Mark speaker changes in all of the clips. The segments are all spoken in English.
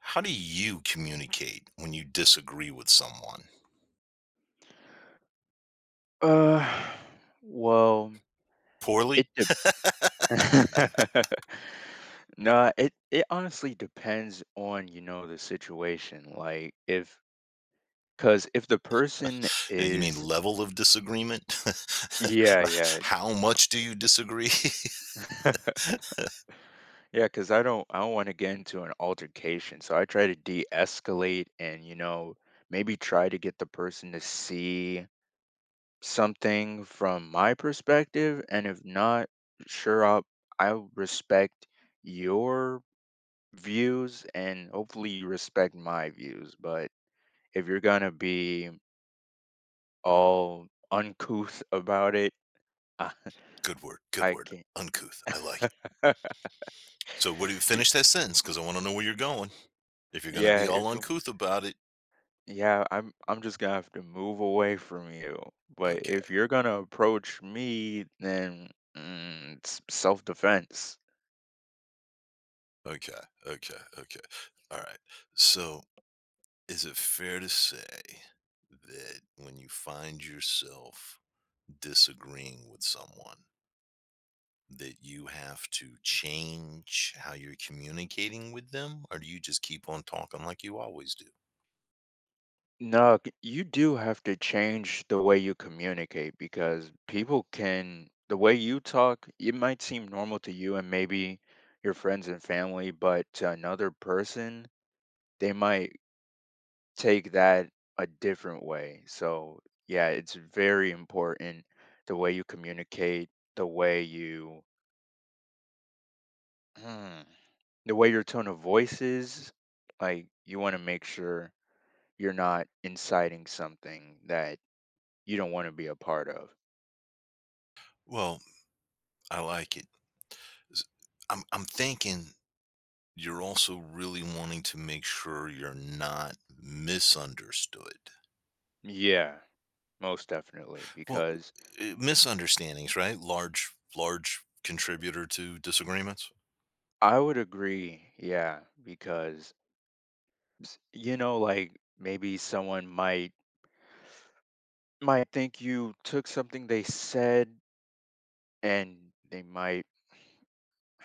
Speaker 1: How do you communicate when you disagree with someone?
Speaker 2: Uh, well,
Speaker 1: Poorly?
Speaker 2: it dep Nah, it honestly depends on, you know, the situation, like, if, cause if the person
Speaker 1: You mean
Speaker 2: is
Speaker 1: level of disagreement?
Speaker 2: Yeah, yeah.
Speaker 1: How much do you disagree?
Speaker 2: Yeah, cause I don't wanna get into an altercation, so I try to deescalate and, you know, maybe try to get the person to see something from my perspective, and if not, sure, I'll respect your views and hopefully you respect my views. But if you're gonna be all uncouth about it, I
Speaker 1: Good word, good
Speaker 2: I
Speaker 1: word.
Speaker 2: can't.
Speaker 1: Uncouth. I like it. So, what do you
Speaker 2: Y-
Speaker 1: finish that sentence? Because I want to know where you're going. If you're going to
Speaker 2: Yeah,
Speaker 1: be all
Speaker 2: if you,
Speaker 1: uncouth about it,
Speaker 2: yeah, I'm just gonna have to move away from you. But
Speaker 1: okay,
Speaker 2: if you're gonna approach me, then it's self-defense.
Speaker 1: okay, okay, okay. All right. So, is it fair to say that when you find yourself disagreeing with someone, that you have to change how you're communicating with them, or do you just keep on talking like you always do?
Speaker 2: No, c- You do have to change the way you communicate because people can, the way you talk, it might seem normal to you and maybe your friends and family, but to another person, they might take that a different way. So, yeah, it's very important the way you communicate, the way you, Hmm. the way your tone of voice is. Like, you want to make sure you're not inciting something that you don't want to be a part of.
Speaker 1: Well, I like it. S- I'm thinking you're also really wanting to make sure you're not misunderstood.
Speaker 2: Yeah, most definitely.
Speaker 1: Well,
Speaker 2: Because
Speaker 1: misunderstandings, right? Large contributor to disagreements.
Speaker 2: I would agree. Yeah, because you know, like maybe someone might think you took something they said, and they might,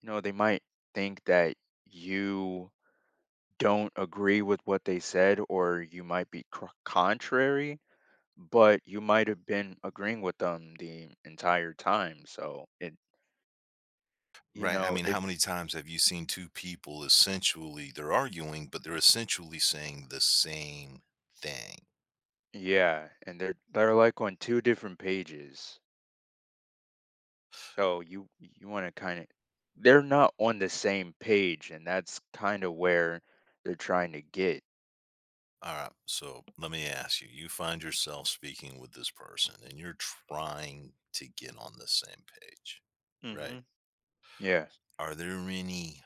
Speaker 2: you know, they might think that you don't agree with what they said, or you might be contrary. But you might have been agreeing with them the entire time, so it you
Speaker 1: Right? I
Speaker 2: know
Speaker 1: mean,
Speaker 2: it
Speaker 1: how many times have you seen two people essentially they're arguing, but they're essentially saying the same thing?
Speaker 2: Yeah, and they're like on two different pages. So you want to they're not on the same page and that's kind of where they're trying to get.
Speaker 1: All right. So let me ask you, find yourself speaking with this person and you're trying to get on the same page, right?
Speaker 2: hmm Yeah.
Speaker 1: Are there any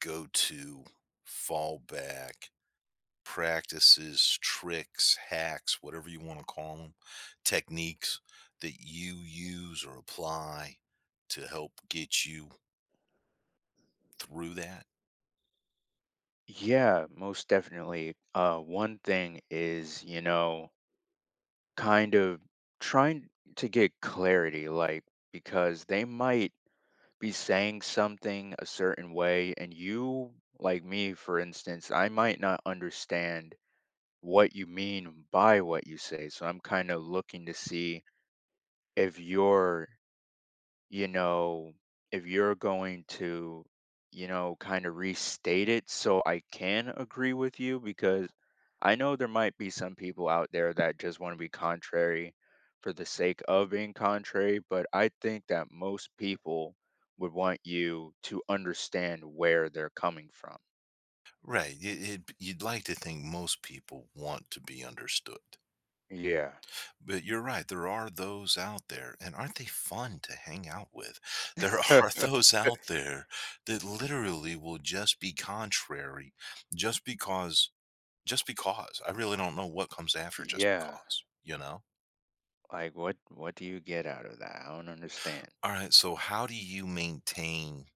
Speaker 1: go to, fallback practices, tricks, hacks, whatever you want to call them, techniques that you use or apply to help get you through that?
Speaker 2: Yeah, most definitely. One thing is, you know, kind of trying to get clarity like because they might be saying something a certain way and you like me for instance, I might not understand what you mean by what you say. So I'm kind of looking to see if you're, you know, if you're going to, you know, kind of restate it so I can agree with you because I know there might be some people out there that just want to be contrary for the sake of being contrary, but I think that most people would want you to understand where they're coming from.
Speaker 1: Right. You'd like to think most people want to be understood.
Speaker 2: Yeah.
Speaker 1: But you're right, there are those out there, and aren't they fun to hang out with? There are those out there that literally will just be contrary just because just because. I really don't know what comes after just
Speaker 2: yeah.
Speaker 1: because, you know?
Speaker 2: Like what do you get out of that? I don't understand.
Speaker 1: All right, so how do you maintain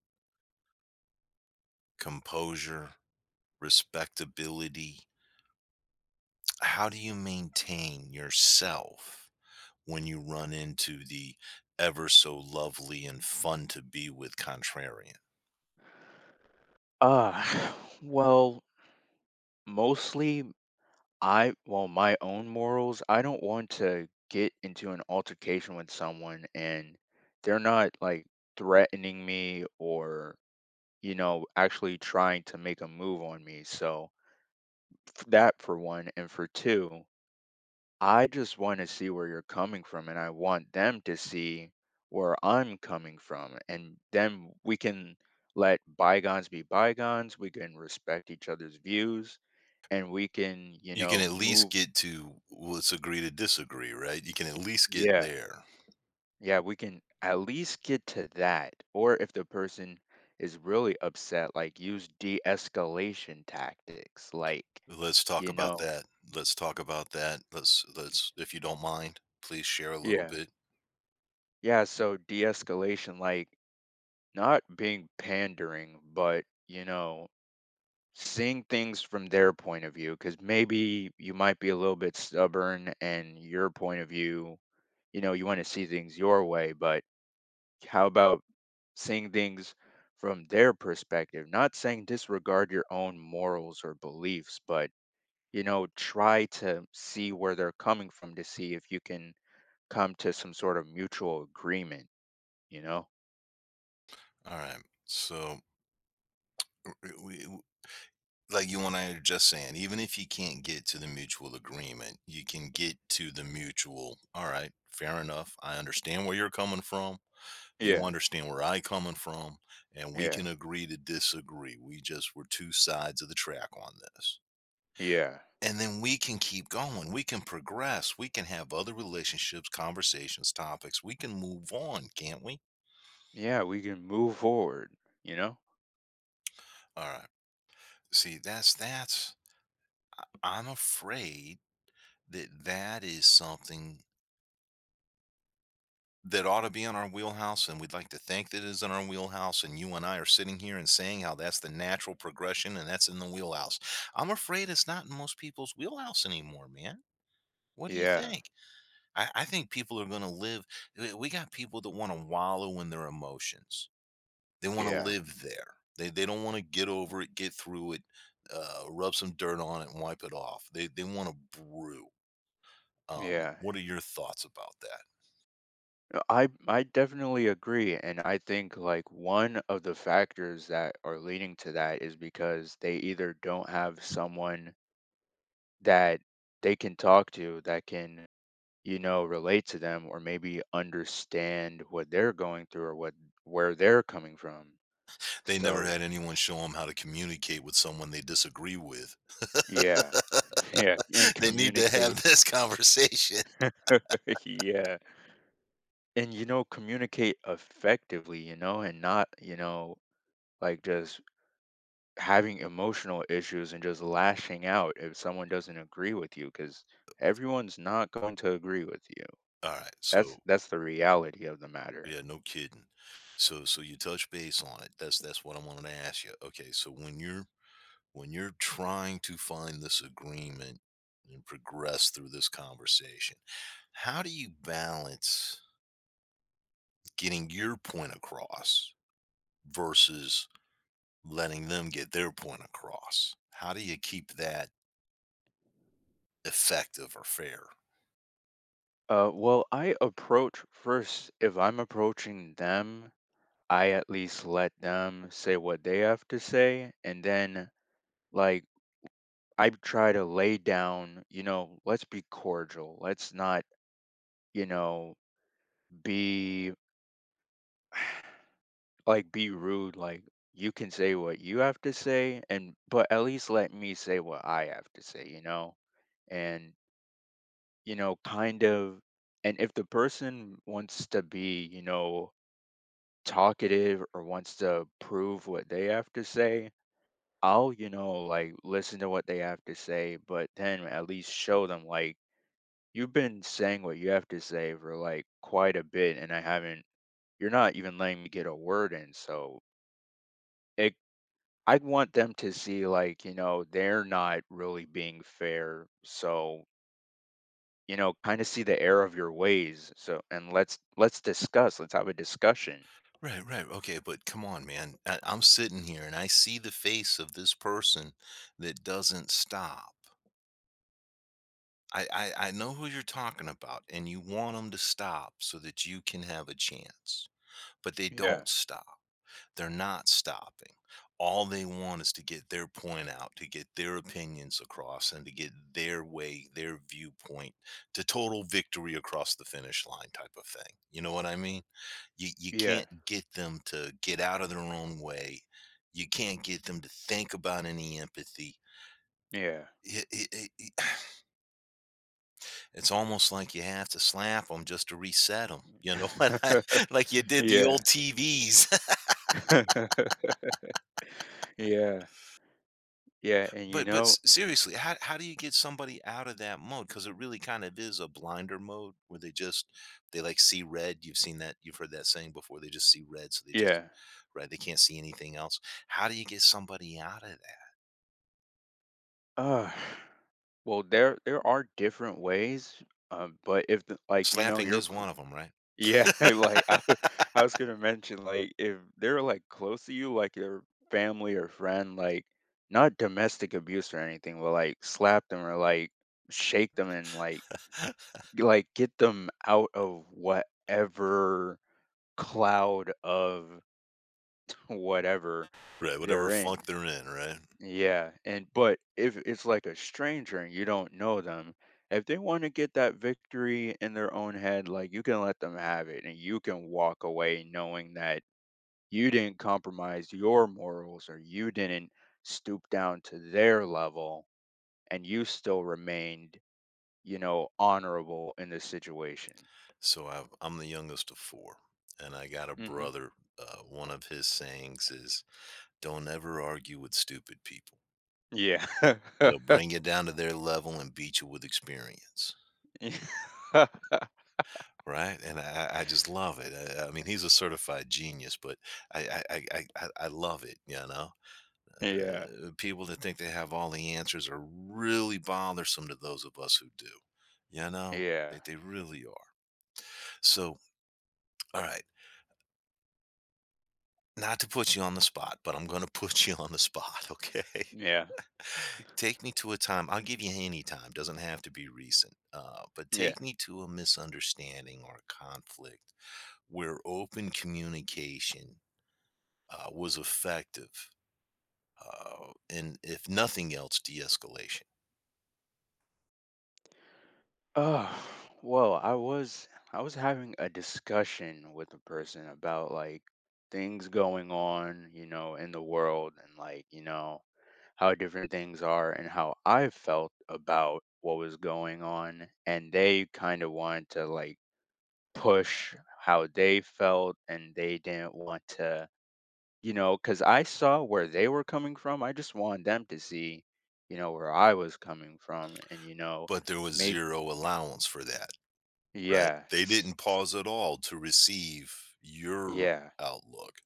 Speaker 1: composure, respectability? How do you maintain yourself when you run into the ever so lovely and fun to be with contrarian?
Speaker 2: Uh well, mostly I well my own morals, I don't want to get into an altercation with someone and they're not like threatening me or you know actually trying to make a move on me. So that for one and for two, I just want to see where you're coming from, and I want them to see where I'm coming from. And then we can let bygones be bygones. We can respect each other's views and we can, you
Speaker 1: You can
Speaker 2: know,
Speaker 1: at least
Speaker 2: move.
Speaker 1: get to, "Let's agree to disagree," right? You can at least get
Speaker 2: Yeah.
Speaker 1: there.
Speaker 2: Yeah. We can at least get to that. Or if the person is really upset, like use de escalation tactics.
Speaker 1: "Let's talk
Speaker 2: You
Speaker 1: about
Speaker 2: know,
Speaker 1: that. Let's talk about that. Let's, if you don't mind, please share a little
Speaker 2: yeah.
Speaker 1: bit."
Speaker 2: Yeah. So de escalation, like not being pandering, but, you know, seeing things from their point of view because maybe you might be a little bit stubborn and your point of view you know you want to see things your way but how about seeing things from their perspective not saying disregard your own morals or beliefs but you know try to see where they're coming from to see if you can come to some sort of mutual agreement you know
Speaker 1: Alright. So, w- we w like you and I are just saying, even if you can't get to the mutual agreement, you can get to the mutual, "Alright, fair enough. I understand where you're coming from. You
Speaker 2: yeah
Speaker 1: understand where I coming from, and we
Speaker 2: yeah
Speaker 1: can agree to disagree. We just were two sides of the track on this.
Speaker 2: yeah
Speaker 1: And then we can keep going. We can progress. We can have other relationships, conversations, topics. We can move on, can't we?"
Speaker 2: yeah we can move forward you know
Speaker 1: All right. See, I- I'm afraid that that is something that ought to be in our wheelhouse, and we'd like to think that it is in our wheelhouse, and you and I are sitting here and saying how that's the natural progression and that's in the wheelhouse. I'm afraid it's not in most people's wheelhouse anymore, man. What do you
Speaker 2: yeah
Speaker 1: think? I think people are going to live. We got people that want to wallow in their emotions. They want to
Speaker 2: yeah
Speaker 1: live there. They don't want to get over it, get through it, rub some dirt on it and wipe it off. They want to brew. Um,
Speaker 2: Yeah,
Speaker 1: what are your thoughts about that?
Speaker 2: I definitely agree, and I think like one of the factors that are leading to that is because they either don't have someone that they can talk to that can, you know, relate to them or maybe understand what they're going through or what where they're coming from.
Speaker 1: They never
Speaker 2: So,
Speaker 1: had anyone show them how to communicate with someone they disagree with.
Speaker 2: yeah. Yeah, and
Speaker 1: They need to
Speaker 2: communicate.
Speaker 1: have this conversation.
Speaker 2: Yeah. And you know, communicate effectively, you know, and not, you know, like just having emotional issues and just lashing out if someone doesn't agree with you because everyone's not going to agree with you.
Speaker 1: Alright,
Speaker 2: that's
Speaker 1: so
Speaker 2: that's the reality of the matter.
Speaker 1: yeah, no kidding. So so you touch base on it. That's what I wanted to ask you. Okay, so when you're trying to find this agreement and progress through this conversation, how do you balance getting your point across versus letting them get their point across? How do you keep that effective or fair?
Speaker 2: Well I approach first. If I'm approaching them, I at least let them say what they have to say and then like I try to lay down, you know, let's be cordial, let's not, you know, be like, be rude, like, you can say what you have to say and but at least let me say what I have to say, you know? And, you know, kind of and if the person wants to be, you know, talkative or wants to prove what they have to say, I'll, you know, like, listen to what they have to say, but then at least show them, like, you've been saying what you have to say for, like, quite a bit, and I haven't you're not even letting me get a word in, so it I'd want them to see like, you know, they're not really being fair. So, you know, kind of see the error of your ways. So, and let's discuss. Let's have a discussion.
Speaker 1: Right, right. Okay, but come on, man. I'm sitting here and I see the face of this person that doesn't stop. I know who you're talking about, and you want them to stop so that you can have a chance, but they
Speaker 2: Yeah.
Speaker 1: don't stop. They're not stopping. All they want is to get their point out, to get their opinions across, and to get their way, their viewpoint to total victory across the finish line type of thing. You know what I mean? You
Speaker 2: Yeah.
Speaker 1: can't get them to get out of their own way. You can't get them to think about any empathy.
Speaker 2: Yeah.
Speaker 1: It- it's almost like you have to slap them just to reset them. You know what? Like you did the
Speaker 2: yeah.
Speaker 1: old TVs.
Speaker 2: yeah. Yeah, and you know,
Speaker 1: Seriously, how do you get somebody out of that mode? Because it really kind of is a blinder mode where they just they like see red. You've seen that. You've heard that saying before. They just see red, so they just
Speaker 2: yeah.
Speaker 1: right. They can't see anything else. How do you get somebody out of that?
Speaker 2: Uh well, there are different ways, but if the, like you know,
Speaker 1: Slapping
Speaker 2: you're
Speaker 1: is one of them, right?
Speaker 2: Yeah, like, I was gonna mention, like, if they're, like, close to you, like your family or friend, like, not domestic abuse or anything, but, like, slap them or, like, shake them and, get them out of whatever cloud of whatever
Speaker 1: Right, whatever
Speaker 2: they're
Speaker 1: funk
Speaker 2: in.
Speaker 1: they're in, right?
Speaker 2: Yeah, and but if it's like a stranger and you don't know them, if they want to get that victory in their own head, like you can let them have it and you can walk away knowing that you didn't compromise your morals or you didn't stoop down to their level and you still remained, you know, honorable in the situation.
Speaker 1: I'm the youngest of four, and I got a
Speaker 2: Mhm.
Speaker 1: brother. One of his sayings is, "Don't ever argue with stupid people.
Speaker 2: Yeah.
Speaker 1: They'll bring you down to their level and beat you with experience." Right, and I just love it. I mean, he's a certified genius, but I love it. You know,
Speaker 2: Yeah.
Speaker 1: people that think they have all the answers are really bothersome to those of us who do. You know,
Speaker 2: Yeah.
Speaker 1: they really are. So, all right. Not to put you on the spot, but I'm gonna put you on the spot, okay?
Speaker 2: Yeah.
Speaker 1: Take me to a time, I'll give you any time, doesn't have to be recent, but
Speaker 2: Yeah.
Speaker 1: take me to a misunderstanding or a conflict where open communication, was effective, and if nothing else, de-escalation.
Speaker 2: Oh, well, I was having a discussion with a person about like things going on, you know, in the world and like, you know, how different things are and how I felt about what was going on and they kind of wanted to like push how they felt and they didn't want to, you know, cuz I saw where they were coming from. I just wanted them to see, you know, where I was coming from and you know,
Speaker 1: But there was
Speaker 2: maybe
Speaker 1: 0 allowance for that, right?
Speaker 2: yeah.
Speaker 1: They didn't pause at all to receive your
Speaker 2: Yeah.
Speaker 1: outlook.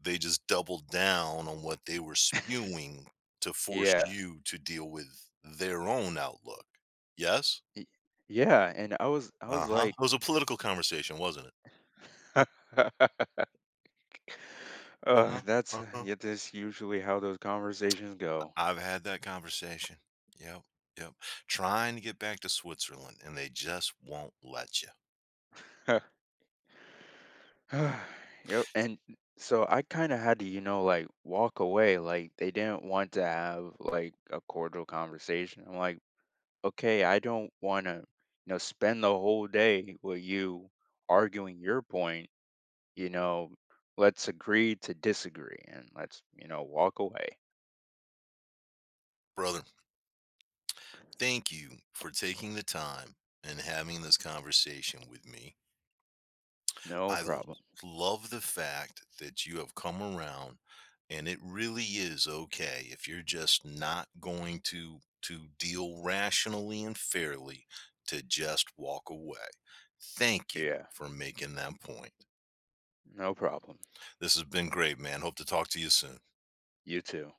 Speaker 1: They just doubled down on what they were spewing to force
Speaker 2: Yeah.
Speaker 1: you to deal with their own outlook. Yes?
Speaker 2: Y Yeah, and I was
Speaker 1: Uh-huh.
Speaker 2: like
Speaker 1: It was a political conversation, wasn't it? Uh-huh.
Speaker 2: Ugh, that's
Speaker 1: Uh-huh.
Speaker 2: yeah, that's usually how those conversations go.
Speaker 1: Have had that conversation. Yep. Yep. Trying to get back to Switzerland and they just won't let you.
Speaker 2: Yep, and so I kinda had to, you know, like, walk away, like, they didn't want to have, like, a cordial conversation. I'm like, "Okay, I don't wanna, you know, spend the whole day with you arguing your point, you know, let's agree to disagree and let's, you know, walk away."
Speaker 1: Brother, thank you for taking the time and having this conversation with me.
Speaker 2: No
Speaker 1: I l-
Speaker 2: problem.
Speaker 1: Love the fact that you have come around, and it really is okay if you're just not going to deal rationally and fairly to just walk away. Thank you
Speaker 2: Yeah,
Speaker 1: for making that point.
Speaker 2: no problem.
Speaker 1: This has been great, man. Hope to talk to you soon.
Speaker 2: You too.